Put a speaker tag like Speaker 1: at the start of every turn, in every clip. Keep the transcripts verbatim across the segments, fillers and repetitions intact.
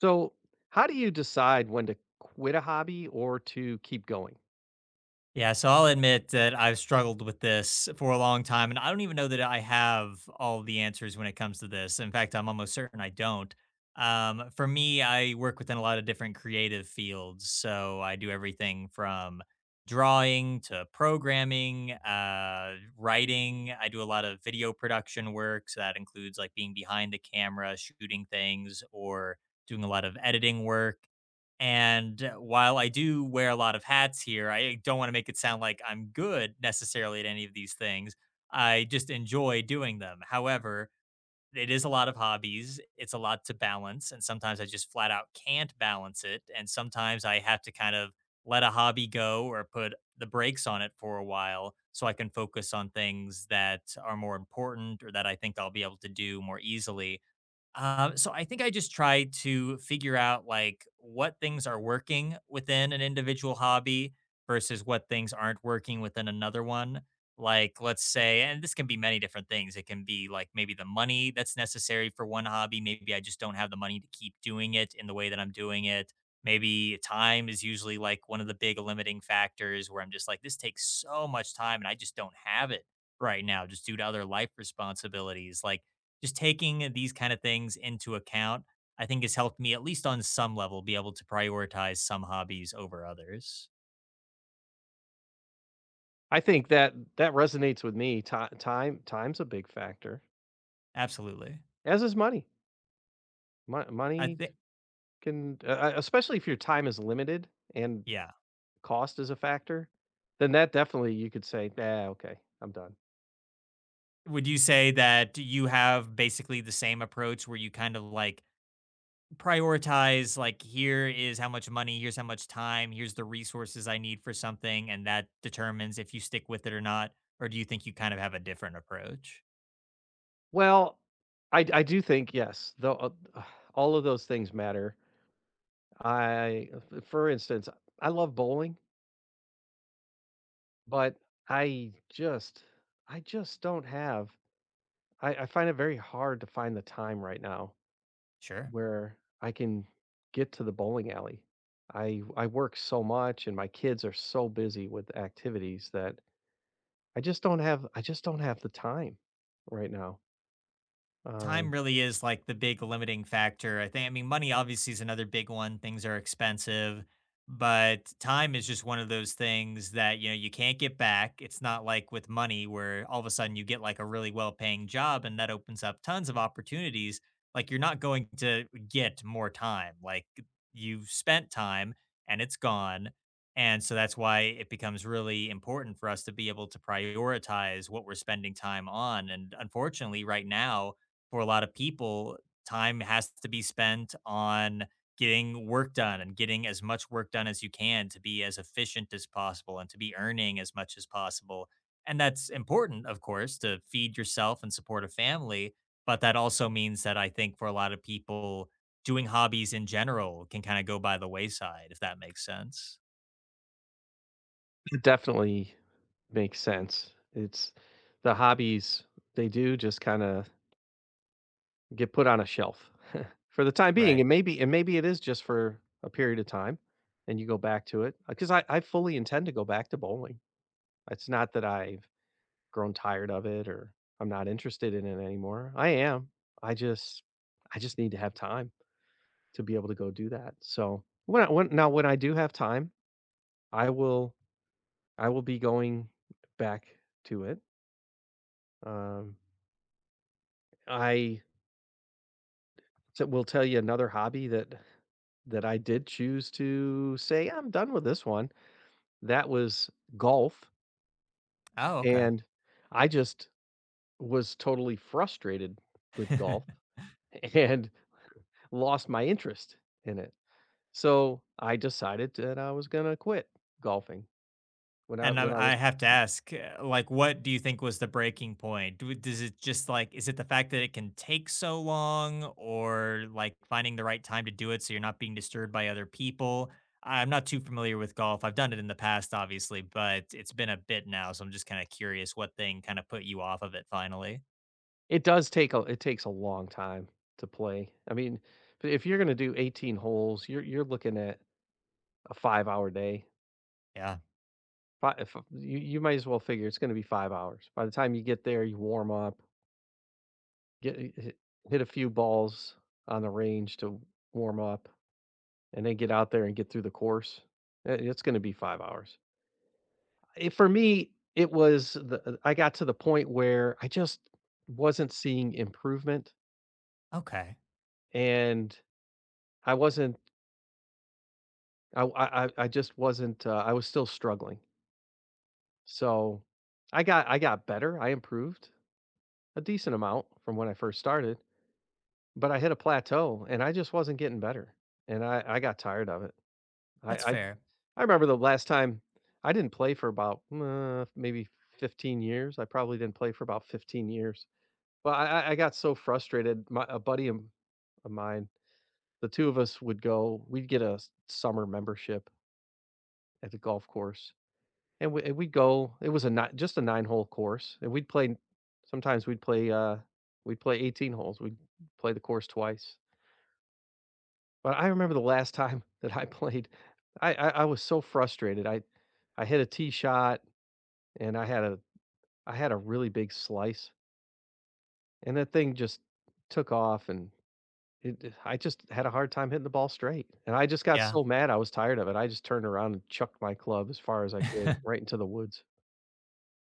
Speaker 1: So, how do you decide when to quit a hobby or to keep going?
Speaker 2: Yeah, so I'll admit that I've struggled with this for a long time, and I don't even know that I have all the answers when it comes to this. In fact, I'm almost certain I don't. Um, for me, I work within a lot of different creative fields, so I do everything from drawing to programming, uh, writing. I do a lot of video production work, so that includes like being behind the camera, shooting things, or doing a lot of editing work. And uh, while I do wear a lot of hats here, I don't want to make it sound like I'm good necessarily at any of these things. I just enjoy doing them. However, it is a lot of hobbies. It's a lot to balance. And sometimes I just flat out can't balance it. And sometimes I have to kind of let a hobby go or put the brakes on it for a while so I can focus on things that are more important or that I think I'll be able to do more easily um, so I think I just try to figure out like what things are working within an individual hobby versus what things aren't working within another one. Like, let's say, and this can be many different things. It can be like maybe the money that's necessary for one hobby. Maybe I just don't have the money to keep doing it in the way that I'm doing it. Maybe time is usually like one of the big limiting factors where I'm just like, this takes so much time and I just don't have it right now, just due to other life responsibilities. Like, just taking these kind of things into account, I think has helped me, at least on some level, be able to prioritize some hobbies over others.
Speaker 1: I think that that resonates with me. Ti time time's a big factor,
Speaker 2: Absolutely.
Speaker 1: as is money. Mon
Speaker 2: I
Speaker 1: money
Speaker 2: think,
Speaker 1: can, uh, uh, especially if your time is limited and
Speaker 2: yeah.
Speaker 1: cost is a factor, then that definitely you could say, "Nah, okay, I'm done."
Speaker 2: Would you say that you have basically the same approach where you kind of like prioritize, like, here is how much money, here's how much time, here's the resources I need for something, and that determines if you stick with it or not? Or do you think you kind of have a different approach?
Speaker 1: Well, I I do think yes, though uh, all of those things matter. I, f- for instance, I love bowling, but I just I just don't have I I find it very hard to find the time right now
Speaker 2: Sure.
Speaker 1: where I can get to the bowling alley. I I work so much and my kids are so busy with activities that I just don't have I just don't have the time right now.
Speaker 2: Time
Speaker 1: Um,
Speaker 2: really is like the big limiting factor. I think, I mean, money obviously is another big one. Things are expensive, but time is just one of those things that, you know, you can't get back. It's not like with money where all of a sudden you get like a really well paying job and that opens up tons of opportunities. Like you're not going to get more time. Like you've spent time and it's gone. And so that's why it becomes really important for us to be able to prioritize what we're spending time on. And unfortunately, right now, for a lot of people, time has to be spent on getting work done and getting as much work done as you can to be as efficient as possible and to be earning as much as possible. And that's important, of course, to feed yourself and support a family. But that also means that I think for a lot of people, doing hobbies in general can kind of go by the wayside, if that makes sense.
Speaker 1: it definitely makes sense. It's the hobbies, they do just kind of get put on a shelf for the time being.
Speaker 2: Right.
Speaker 1: And maybe and maybe it is just for a period of time and you go back to it, because I, I fully intend to go back to bowling. It's not that I've grown tired of it or I'm not interested in it anymore. I am. I just I just need to have time to be able to go do that. So, when I when now when I do have time, I will I will be going back to it. Um, I t Will tell you another hobby that that I did choose to say, "Yeah, I'm done with this one." That was golf,
Speaker 2: Oh, okay.
Speaker 1: and I just was totally frustrated with golf, and lost my interest in it. So I decided that I was gonna quit golfing when I
Speaker 2: And
Speaker 1: when I
Speaker 2: I
Speaker 1: was
Speaker 2: I have to ask, uh, like, what do you think was the breaking point? Do- Does it just like, is it the fact that it can take so long or like finding the right time to do it so you're not being disturbed by other people? I'm not too familiar with golf. I've done it in the past, obviously, but it's been a bit now. So I'm just kind of curious what thing kind of put you off of it finally.
Speaker 1: it does take a it takes a long time to play. I mean, I if you're gonna do eighteen holes, you're you're looking at a five-hour day.
Speaker 2: Yeah.
Speaker 1: Fi If you, you might as well figure it's gonna be five hours. By the time you get there, you warm up, get hit hit a few balls on the range to warm up, and then get out there and get through the course. I It's gonna be five hours. It For me, it was the uh, I got to the point where I just wasn't seeing improvement,
Speaker 2: Okay.
Speaker 1: and I wasn't I I I I just wasn't, uh I was still struggling. So, I got I got better, I improved a decent amount from when I first started, but I hit a plateau, and I just wasn't getting better, and I I got tired of it. I
Speaker 2: That's
Speaker 1: I
Speaker 2: fair.
Speaker 1: I remember the last time I didn't play for about, uh, maybe fifteen years. I probably didn't play for about fifteen years. Well, I I I got so frustrated, my a buddy of of mine, the two of us would go, we'd get a s summer membership at the golf course, and we and we'd go, it was a ni just a nine-hole course, and we'd play, sometimes we'd play, uh, we'd play eighteen holes, we'd play the course twice, but I remember the last time that I played, I I I was so frustrated, I I hit a tee shot, and I had a I had a really big slice, and that thing just took off and It I just had a hard time hitting the ball straight, and I just got
Speaker 2: Yeah.
Speaker 1: so mad, I was tired of it. I just turned around and chucked my club as far as I could right into the woods.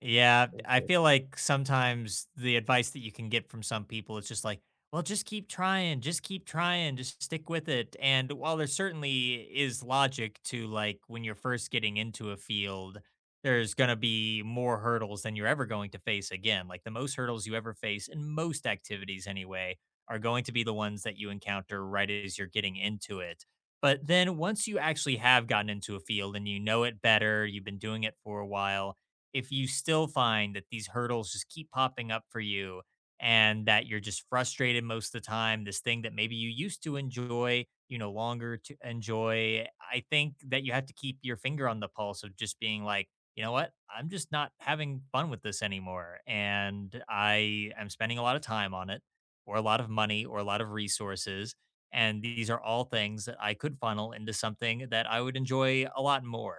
Speaker 2: Yeah,
Speaker 1: Thank
Speaker 2: I
Speaker 1: you.
Speaker 2: feel like sometimes the advice that you can get from some people is just like, well, just keep trying, just keep trying, just stick with it. And while there certainly is logic to like when you're first getting into a field, there's going to be more hurdles than you're ever going to face again. Like the most hurdles you ever face in most activities, anyway, are going to be the ones that you encounter right as you're getting into it. But then once you actually have gotten into a field and you know it better, you've been doing it for a while if you still find that these hurdles just keep popping up for you and that you're just frustrated most of the time, this thing that maybe you used to enjoy, you no longer to enjoy, I think that you have to keep your finger on the pulse of just being like, you know what? I'm just not having fun with this anymore. And I am spending a lot of time on it or a lot of money or a lot of resources. And these are all things that I could funnel into something that I would enjoy a lot more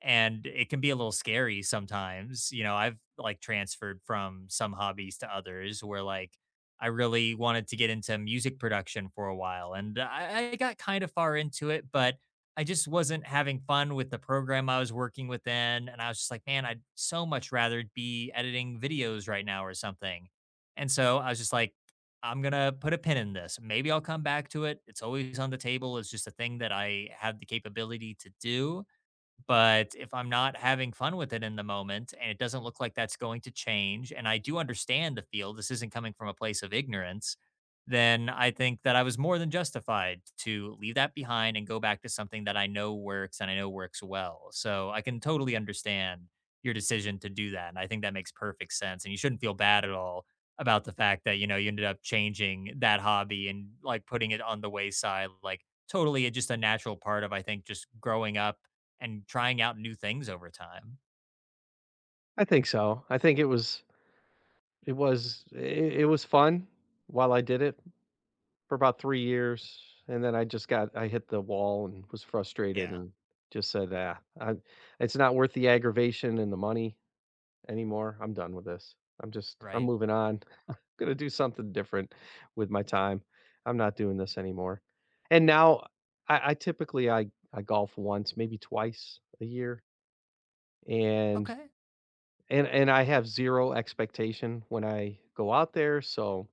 Speaker 2: and it can be a little scary sometimes. You know, I've like transferred from some hobbies to others where like I really wanted to get into music production for a while and I, I got kind of far into it, but I just wasn't having fun with the program I was working with then. And I was just like, man, I'd so much rather be editing videos right now or something. And so I was just like, I'm going to put a pin in this. Maybe I'll come back to it. It's always on the table. It's just a thing that I have the capability to do but if I'm not having fun with it in the moment and it doesn't look like that's going to change, and I do understand the field, this isn't coming from a place of ignorance, then I think that I was more than justified to leave that behind and go back to something that I know works and I know works well. So I can totally understand your decision to do that. And I think that makes perfect sense. And you shouldn't feel bad at all about the fact that, you know, you ended up changing that hobby and like putting it on the wayside. Like, totally, it's just a natural part of, I think, just growing up and trying out new things over time.
Speaker 1: I think so. I think it was it was i it was fun while I did it for about three years, and then I just got I hit the wall and was frustrated
Speaker 2: Yeah.
Speaker 1: and just said, "Ah, I it's not worth the aggravation and the money anymore. I'm done with this. I'm just I'm
Speaker 2: Right.
Speaker 1: moving on." Gonna do something different with my time. I'm not doing this anymore. And now I, I typically I, I golf once, maybe twice a year. And
Speaker 2: Okay.
Speaker 1: and and I have zero expectation when I go out there. So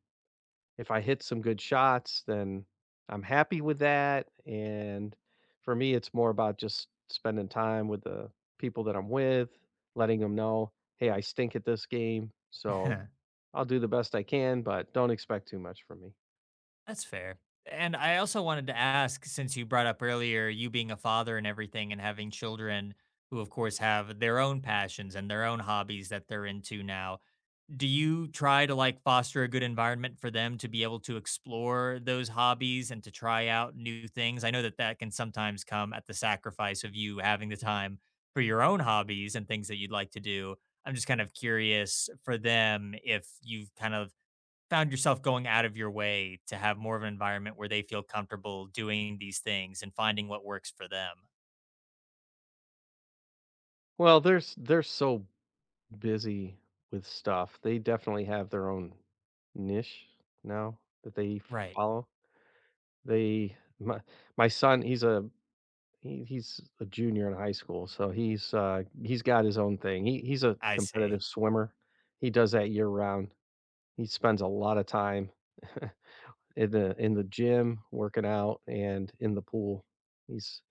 Speaker 1: if I hit some good shots, then I'm happy with that. And for me, it's more about just spending time with the people that I'm with, letting them know, hey, I stink at this game. So I'll do the best I can, but don't expect too much from me.
Speaker 2: That's fair. And I also wanted to ask since you brought up earlier you being a father and everything and having children who of course have their own passions and their own hobbies that they're into now do you try to like foster a good environment for them to be able to explore those hobbies and to try out new things? I know that that can sometimes come at the sacrifice of you having the time for your own hobbies and things that you'd like to do. I'm just kind of curious for them if you've kind of found yourself going out of your way to have more of an environment where they feel comfortable doing these things and finding what works for them.
Speaker 1: Well, there's they're so busy with stuff. They definitely have their own niche now that they
Speaker 2: Right.
Speaker 1: follow. They my my son, he's a he, he's a junior in high school, so he's uh he's got his own thing. He he's a
Speaker 2: I
Speaker 1: competitive
Speaker 2: see.
Speaker 1: swimmer. He does that year round. He spends a lot of time in the in the gym working out and in the pool. He's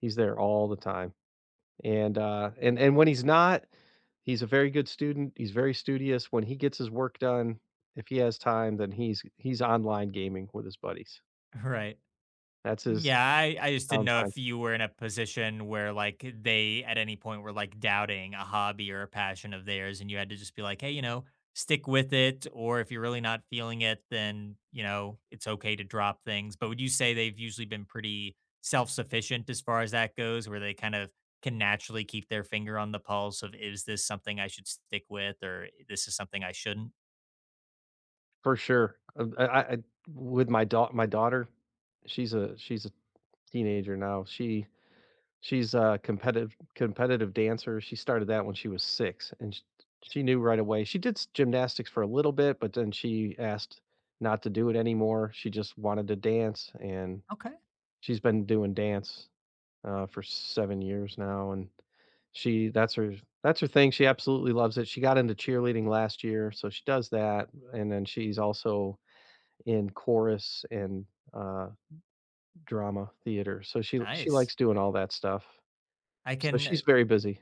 Speaker 1: he's there all the time. And uh and and when he's not, he's a very good student, he's very studious. When he gets his work done, if he has time, then he's he's online gaming with his buddies.
Speaker 2: Right.
Speaker 1: That's his
Speaker 2: Yeah, I, I just didn't know
Speaker 1: downtime.
Speaker 2: if you were in a position where like they at any point were like doubting a hobby or a passion of theirs and you had to just be like, hey, you know, stick with it. Or if you're really not feeling it, then, you know, it's okay to drop things. But would you say they've usually been pretty self sufficient as far as that goes, where they kind of can naturally keep their finger on the pulse of is this something I should stick with or eh, this is something I shouldn't?
Speaker 1: For sure. Uh, i i I- with my daughter, my daughter she's a she's a teenager now, she she's a competitive competitive dancer. She started that when she was six, and sh she knew right away. She did s- gymnastics for a little bit, but then she asked not to do it anymore, she just wanted to dance. And
Speaker 2: Okay,
Speaker 1: she's been doing dance, uh, for seven years now, and she that's her that's her thing. She absolutely loves it. She got into cheerleading last year, so she does that, and then she's also in chorus and, uh, drama theater, so she she
Speaker 2: nice.
Speaker 1: likes doing all that stuff.
Speaker 2: I
Speaker 1: So
Speaker 2: can
Speaker 1: she's very busy.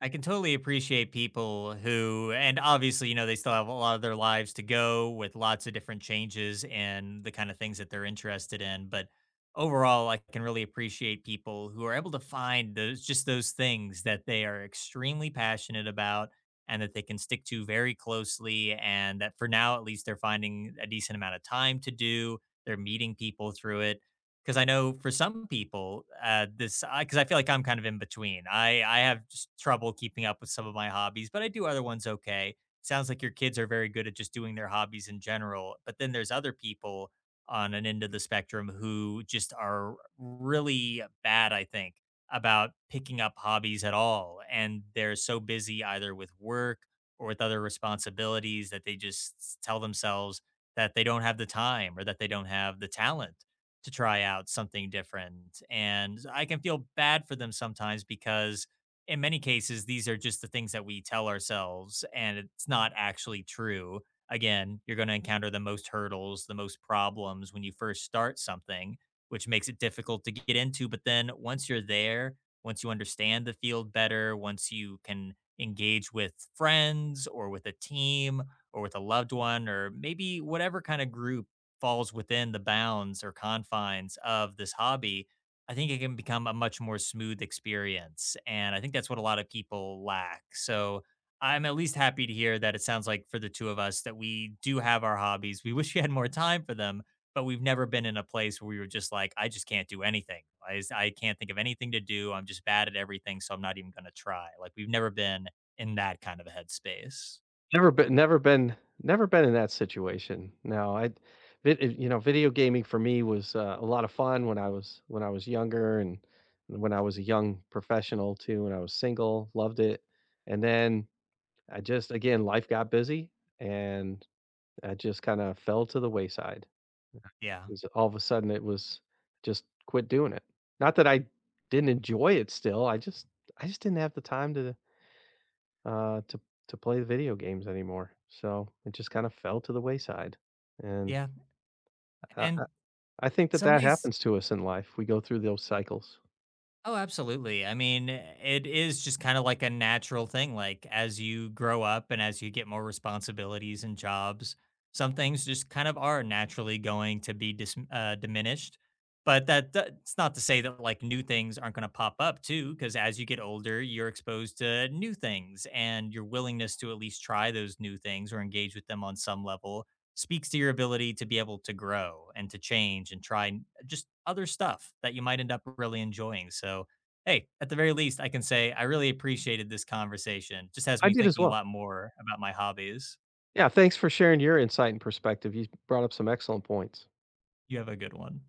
Speaker 2: I can totally appreciate people who, and obviously, you know, they still have a lot of their lives to go with lots of different changes and the kind of things that they're interested in. But overall, I can really appreciate people who are able to find those just those things that they are extremely passionate about and that they can stick to very closely. And that for now, at least, they're finding a decent amount of time to do. They're meeting people through it. 'Cause I know for some people, uh, this because I feel like I'm kind of in between. I I have just trouble keeping up with some of my hobbies, but I do other ones okay. Sounds like your kids are very good at just doing their hobbies in general, but then there's other people on an end of the spectrum who just are really bad, I think, about picking up hobbies at all, and they're so busy either with work or with other responsibilities that they just tell themselves that they don't have the time or that they don't have the talent to try out something different. And I can feel bad for them sometimes because in many cases these are just the things that we tell ourselves and it's not actually true. Again, you're going to encounter the most hurdles, the most problems when you first start something, which makes it difficult to get into, but then once you're there, once you understand the field better, once you can engage with friends or with a team or with a loved one or maybe whatever kind of group falls within the bounds or confines of this hobby, I think it can become a much more smooth experience. And I think that's what a lot of people lack. So I'm at least happy to hear that it sounds like for the two of us that we do have our hobbies. We wish we had more time for them, but we've never been in a place where we were just like, I just can't do anything. I, just- I can't think of anything to do. I'm just bad at everything. So I'm not even going to try. Like we've never been in that kind of a headspace.
Speaker 1: Never been never been never been in that situation. No, I vid you know, video gaming for me was, uh, a lot of fun when I was when I was younger, and when I was a young professional too, when I was single, loved it. And then I just again, life got busy and I just kinda fell to the wayside.
Speaker 2: Yeah.
Speaker 1: It was all of a sudden, it was just, quit doing it. Not that I didn't enjoy it still, I just, I just didn't have the time to uh, to to play video games anymore. So it just kind of fell to the wayside, and
Speaker 2: Yeah.
Speaker 1: I,
Speaker 2: And
Speaker 1: I I think that
Speaker 2: some of
Speaker 1: that
Speaker 2: these
Speaker 1: happens to us in life. We go through those cycles.
Speaker 2: Oh, absolutely. I mean, it is just kind of like a natural thing. Like, as you grow up and as you get more responsibilities and jobs, some things just kind of are naturally going to be dis- uh, diminished. But that, that's not to say that like new things aren't going to pop up too, because as you get older, you're exposed to new things and your willingness to at least try those new things or engage with them on some level speaks to your ability to be able to grow and to change and try n- just other stuff that you might end up really enjoying. So, hey, at the very least, I can say I really appreciated this conversation. Just has
Speaker 1: I
Speaker 2: me
Speaker 1: did as
Speaker 2: thinking a
Speaker 1: well.
Speaker 2: lot more about my hobbies.
Speaker 1: Yeah, thanks for sharing your insight and perspective. You brought up some excellent points.
Speaker 2: You have a good one.